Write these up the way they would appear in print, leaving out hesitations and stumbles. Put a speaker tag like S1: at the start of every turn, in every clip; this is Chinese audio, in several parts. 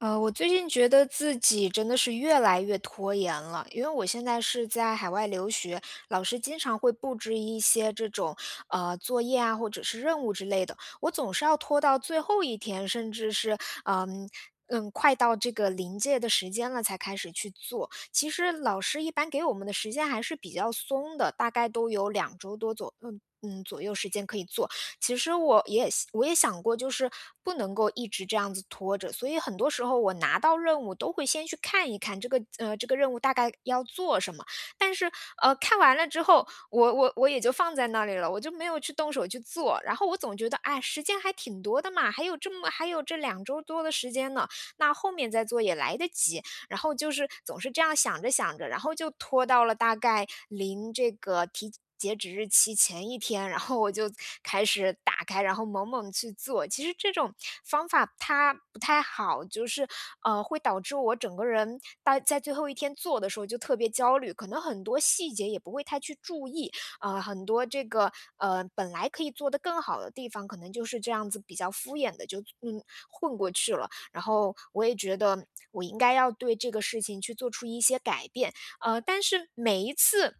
S1: 我最近觉得自己真的是越来越拖延了，因为我现在是在海外留学，老师经常会布置一些这种作业啊，或者是任务之类的，我总是要拖到最后一天，甚至是嗯快到这个临界的时间了才开始去做。其实老师一般给我们的时间还是比较松的，大概都有两周多左嗯嗯左右时间可以做，其实我也想过，就是不能够一直这样子拖着，所以很多时候我拿到任务都会先去看一看这个任务大概要做什么，但是看完了之后，我也就放在那里了，我就没有去动手去做，然后我总觉得哎时间还挺多的嘛，还有这两周多的时间呢，那后面再做也来得及，然后就是总是这样想着想着，然后就拖到了大概临这个提截止日期前一天，然后我就开始打开，然后猛猛去做。其实这种方法它不太好，就是会导致我整个人在最后一天做的时候就特别焦虑，可能很多细节也不会太去注意，很多本来可以做得更好的地方，可能就是这样子比较敷衍的就混过去了。然后我也觉得我应该要对这个事情去做出一些改变。但是每一次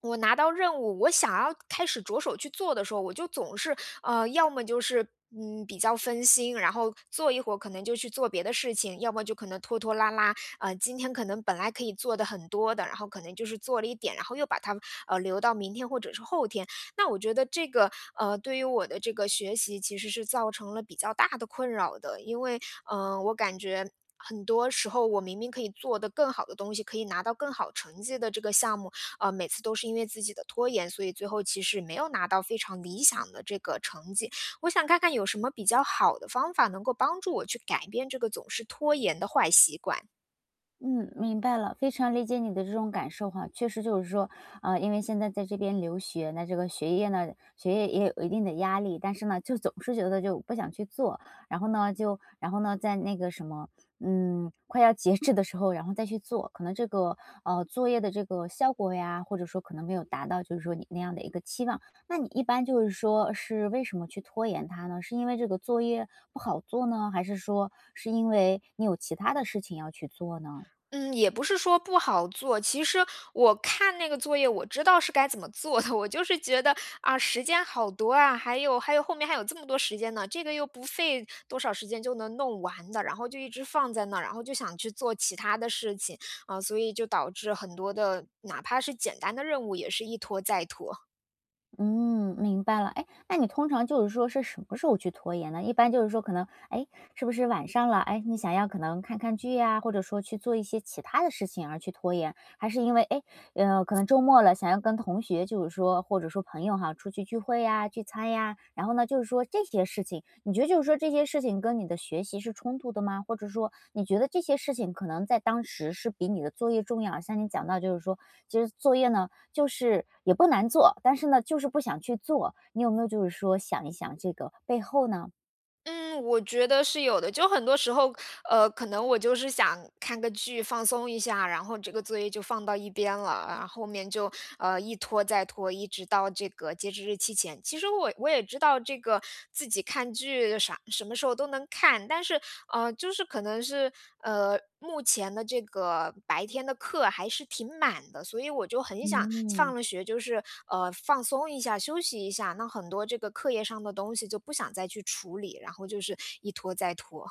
S1: 我拿到任务，我想要开始着手去做的时候，我就总是，要么就是，比较分心，然后做一会儿可能就去做别的事情，要么就可能拖拖拉拉，今天可能本来可以做的很多的，然后可能就是做了一点，然后又把它，留到明天或者是后天。那我觉得这个，对于我的这个学习其实是造成了比较大的困扰的，因为，我感觉很多时候我明明可以做的更好的东西，可以拿到更好成绩的这个项目，每次都是因为自己的拖延，所以最后其实没有拿到非常理想的这个成绩。我想看看有什么比较好的方法能够帮助我去改变这个总是拖延的坏习惯。
S2: 嗯，明白了，非常理解你的这种感受哈。确实就是说，啊，因为现在在这边留学，那这个学业呢，学业也有一定的压力，但是呢，就总是觉得就不想去做，然后呢，在那个什么，快要截止的时候，然后再去做，可能这个作业的这个效果呀，或者说可能没有达到，就是说你那样的一个期望。那你一般就是说是为什么去拖延它呢？是因为这个作业不好做呢，还是说是因为你有其他的事情要去做呢？
S1: 嗯，也不是说不好做，其实我看那个作业，我知道是该怎么做的，我就是觉得啊，时间好多啊，还有后面还有这么多时间呢，这个又不费多少时间就能弄完的，然后就一直放在那儿，然后就想去做其他的事情啊，所以就导致很多的哪怕是简单的任务也是一拖再拖。
S2: 嗯，明白了。哎，那你通常就是说是什么时候去拖延呢？一般就是说可能，哎，是不是晚上了？哎，你想要可能看看剧呀，或者说去做一些其他的事情而去拖延，还是因为哎，可能周末了，想要跟同学就是说，或者说朋友哈，出去聚会呀、聚餐呀，然后呢，就是说这些事情，你觉得就是说这些事情跟你的学习是冲突的吗？或者说你觉得这些事情可能在当时是比你的作业重要？像你讲到就是说，其实作业呢就是也不难做，但是呢，就是不想去做。你有没有就是说想一想这个背后呢？
S1: 嗯，我觉得是有的。就很多时候可能我就是想看个剧放松一下，然后这个作业就放到一边了，然后后面就一拖再拖，一直到这个截止日期前。其实我也知道这个自己看剧啥什么时候都能看，但是就是可能是目前的这个白天的课还是挺满的，所以我就很想
S2: 嗯。
S1: 放了学就是放松一下，休息一下。那很多这个课业上的东西就不想再去处理，然后就是一拖再拖。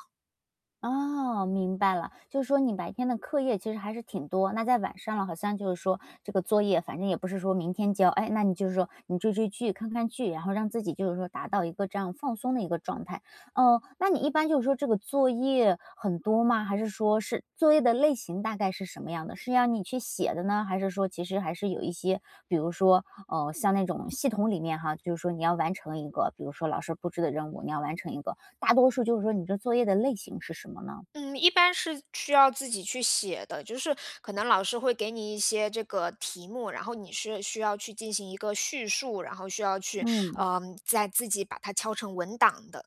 S2: 哦，明白了，就是说你白天的课业其实还是挺多，那在晚上了，好像就是说这个作业，反正也不是说明天交，哎，那你就是说你追追剧、看看剧，然后让自己就是说达到一个这样放松的一个状态。那你一般就是说这个作业很多吗？还是说是作业的类型大概是什么样的？是让你去写的呢，还是说其实还是有一些，比如说像那种系统里面哈，就是说你要完成一个，比如说老师布置的任务，你要完成一个，大多数就是说你这作业的类型是什么呢？
S1: 嗯，一般是需要自己去写的，就是可能老师会给你一些这个题目，然后你是需要去进行一个叙述，然后需要去，
S2: 嗯。
S1: 嗯、再自己把它敲成文档的。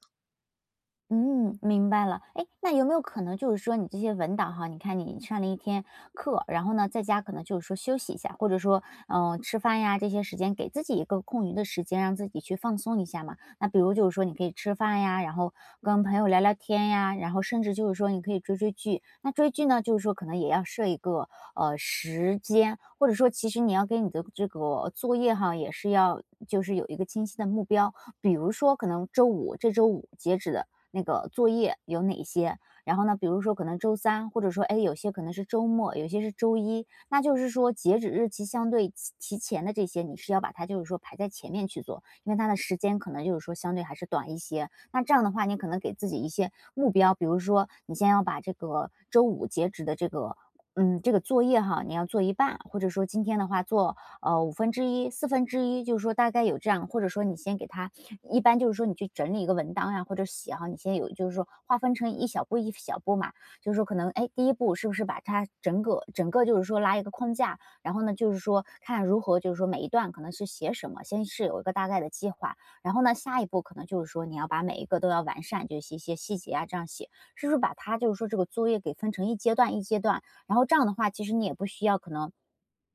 S2: 嗯，明白了。哎，那有没有可能就是说你这些文档哈，你看你上了一天课，然后呢，在家可能就是说休息一下，或者说，吃饭呀这些时间，给自己一个空余的时间，让自己去放松一下嘛。那比如就是说，你可以吃饭呀，然后跟朋友聊聊天呀，然后甚至就是说你可以追追剧。那追剧呢，就是说可能也要设一个时间，或者说其实你要给你的这个作业哈，也是要就是有一个清晰的目标，比如说可能这周五截止的那个作业有哪些，然后呢，比如说可能周三，或者说哎，有些可能是周末，有些是周一，那就是说截止日期相对提前的这些，你是要把它就是说排在前面去做，因为它的时间可能就是说相对还是短一些。那这样的话，你可能给自己一些目标，比如说你先要把这个周五截止的这个。嗯，这个作业哈，你要做一半，或者说今天的话做五分之一、四分之一，就是说大概有这样，或者说你先给它一般就是说你去整理一个文档呀，或者写哈，你先有就是说划分成一小步一小步嘛，就是说可能哎，第一步是不是把它整个整个就是说拉一个框架，然后呢就是说看如何就是说每一段可能是写什么，先是有一个大概的计划，然后呢下一步可能就是说你要把每一个都要完善，就是一些细节啊这样写，是不是把它就是说这个作业给分成一阶段一阶段，然后这样的话其实你也不需要可能。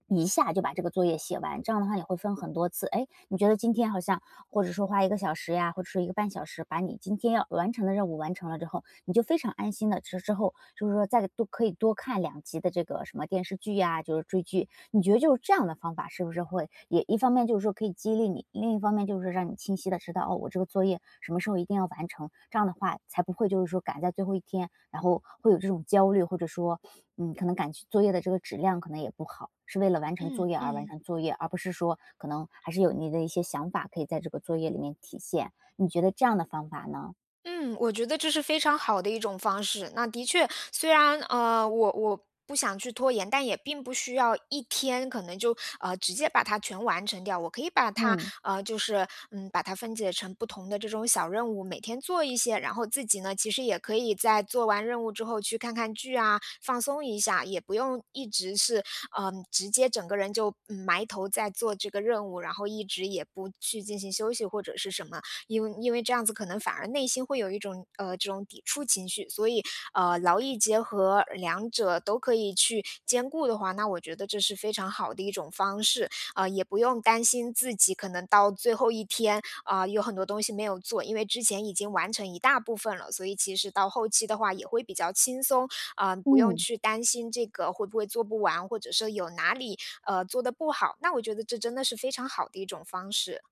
S2: 一下就把这个作业写完，这样的话你会分很多次。哎，你觉得今天好像或者说花一个小时呀，或者说一个半小时，把你今天要完成的任务完成了之后，你就非常安心的之后就是说再多可以多看两集的这个什么电视剧呀，就是追剧。你觉得就是这样的方法是不是会也一方面就是说可以激励你，另一方面就是说让你清晰的知道，哦，我这个作业什么时候一定要完成，这样的话才不会就是说赶在最后一天，然后会有这种焦虑，或者说可能感觉作业的这个质量可能也不好，是为了完成
S1: 嗯
S2: 作业而完
S1: 嗯。
S2: 成作业，而不是说可能还是有你的一些想法可以在这个作业里面体现。你觉得这样的方法呢？
S1: 嗯，我觉得这是非常好的一种方式。那的确，虽然我不想去拖延，但也并不需要一天可能就直接把它全完成掉。我可以把它
S2: 嗯
S1: 把它分解成不同的这种小任务，每天做一些，然后自己呢，其实也可以在做完任务之后去看看剧啊，放松一下，也不用一直是直接整个人就埋头在做这个任务，然后一直也不去进行休息或者是什么。因为这样子可能反而内心会有一种这种抵触情绪，所以劳逸结合，两者都可以去兼顾的话，那我觉得这是非常好的一种方式，也不用担心自己可能到最后一天啊、有很多东西没有做，因为之前已经完成一大部分了，所以其实到后期的话也会比较轻松，啊、不用
S2: 嗯。
S1: 去担心这个会不会做不完，或者说有哪里做的不好，那我觉得这真的是非常好的一种方式。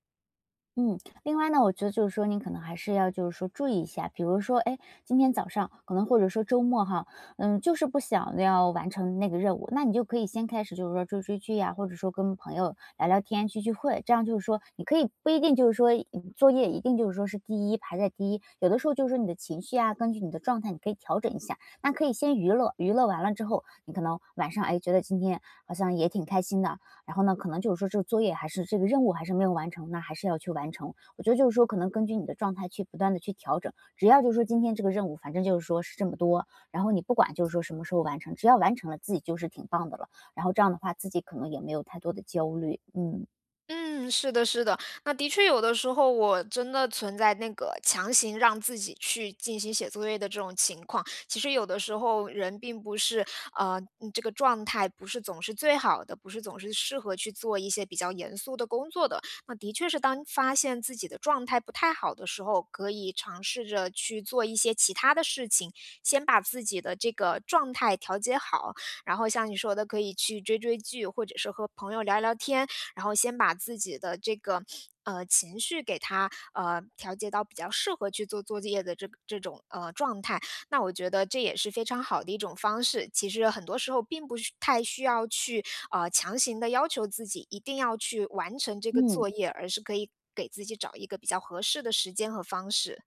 S2: 嗯，另外呢，我觉得就是说，你可能还是要就是说注意一下，比如说，哎，今天早上可能或者说周末哈，就是不想要完成那个任务，那你就可以先开始就是说追追剧呀、或者说跟朋友聊聊天、聚聚会，这样就是说你可以不一定就是说作业一定就是说是第一排在第一，有的时候就是说你的情绪啊，根据你的状态你可以调整一下，那可以先娱乐，娱乐完了之后，你可能晚上哎觉得今天好像也挺开心的，然后呢，可能就是说这个作业还是这个任务还是没有完成，那还是要去完成。我觉得就是说，可能根据你的状态去不断的去调整。只要就是说今天这个任务，反正就是说是这么多，然后你不管就是说什么时候完成，只要完成了，自己就是挺棒的了。然后这样的话，自己可能也没有太多的焦虑。嗯
S1: 嗯，是的，是的。那的确有的时候我真的存在那个强行让自己去进行写作业的这种情况。其实有的时候人并不是，这个状态不是总是最好的，不是总是适合去做一些比较严肃的工作的。那的确是当发现自己的状态不太好的时候，可以尝试着去做一些其他的事情，先把自己的这个状态调节好。然后像你说的，可以去追追剧，或者是和朋友聊聊天。然后先把自己的这个情绪给它调节到比较适合去做作业的这个这种状态。那我觉得这也是非常好的一种方式。其实很多时候并不太需要去强行的要求自己一定要去完成这个
S2: 嗯，
S1: 作业，而是可以给自己找一个比较合适的时间和方式。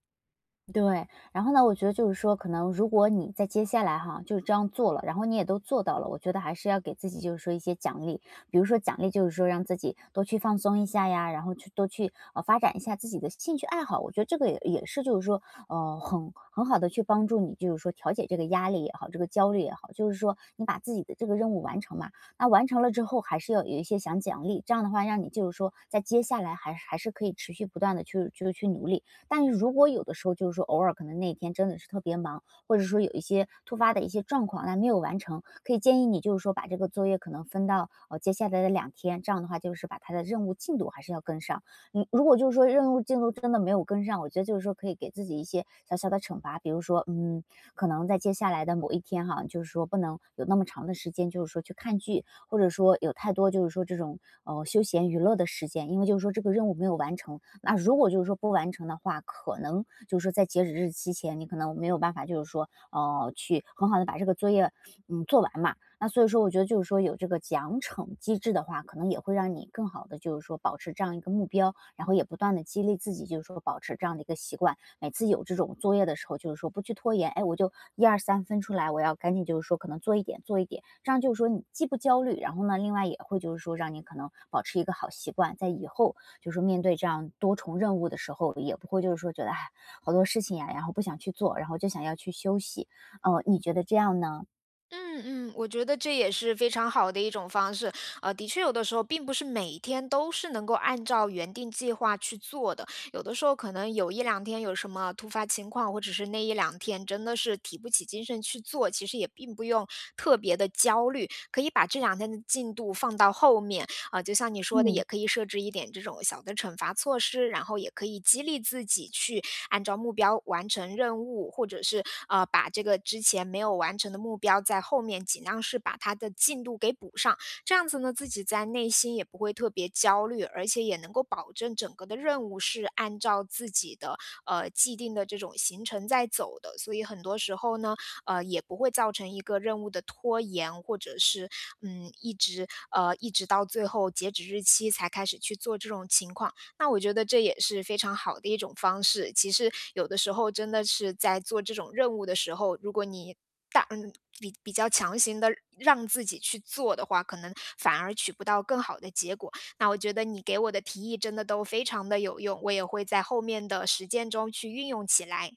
S2: 对，然后呢，我觉得就是说，可能如果你在接下来哈，就是这样做了，然后你也都做到了，我觉得还是要给自己就是说一些奖励，比如说奖励就是说让自己多去放松一下呀，然后去多去发展一下自己的兴趣爱好，我觉得这个也是就是说很好的去帮助你，就是说调节这个压力也好，这个焦虑也好，就是说你把自己的这个任务完成嘛，那完成了之后还是要有一些想奖励，这样的话让你就是说在接下来还是可以持续不断的去就是去努力，但是如果有的时候就是说偶尔可能那一天真的是特别忙，或者说有一些突发的一些状况，那没有完成，可以建议你就是说把这个作业可能分到接下来的两天，这样的话就是把它的任务进度还是要跟上。如果就是说任务进度真的没有跟上，我觉得就是说可以给自己一些小小的惩罚，比如说可能在接下来的某一天哈，就是说不能有那么长的时间，就是说去看剧，或者说有太多就是说这种休闲娱乐的时间，因为就是说这个任务没有完成，那如果就是说不完成的话，可能就是说在截止日期前，你可能没有办法，就是说，去很好的把这个作业，做完嘛。那所以说，我觉得就是说有这个奖惩机制的话，可能也会让你更好的就是说保持这样一个目标，然后也不断的激励自己，就是说保持这样的一个习惯。每次有这种作业的时候，就是说不去拖延，哎，我就一二三分出来，我要赶紧就是说可能做一点做一点，这样就是说你既不焦虑，然后呢，另外也会就是说让你可能保持一个好习惯，在以后就是面对这样多重任务的时候，也不会就是说觉得，哎，好多事情呀，然后不想去做，然后就想要去休息。哦，你觉得这样呢？
S1: 嗯嗯，我觉得这也是非常好的一种方式。的确，有的时候并不是每一天都是能够按照原定计划去做的，有的时候可能有一两天有什么突发情况，或者是那一两天真的是提不起精神去做，其实也并不用特别的焦虑，可以把这两天的进度放到后面。啊、就像你说的，
S2: 嗯
S1: 也可以设置一点这种小的惩罚措施，然后也可以激励自己去按照目标完成任务，或者是把这个之前没有完成的目标，在后面尽量是把它的进度给补上。这样子呢，自己在内心也不会特别焦虑，而且也能够保证整个的任务是按照自己的既定的这种行程在走的。所以很多时候呢，也不会造成一个任务的拖延，或者是嗯一直到最后截止日期才开始去做这种情况。那我觉得这也是非常好的一种方式。其实有的时候真的是在做这种任务的时候，如果你大嗯，比较强行的让自己去做的话，可能反而取不到更好的结果。那我觉得你给我的提议真的都非常的有用，我也会在后面的实践中去运用起来。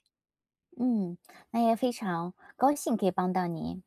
S2: 嗯，那也非常高兴可以帮到您。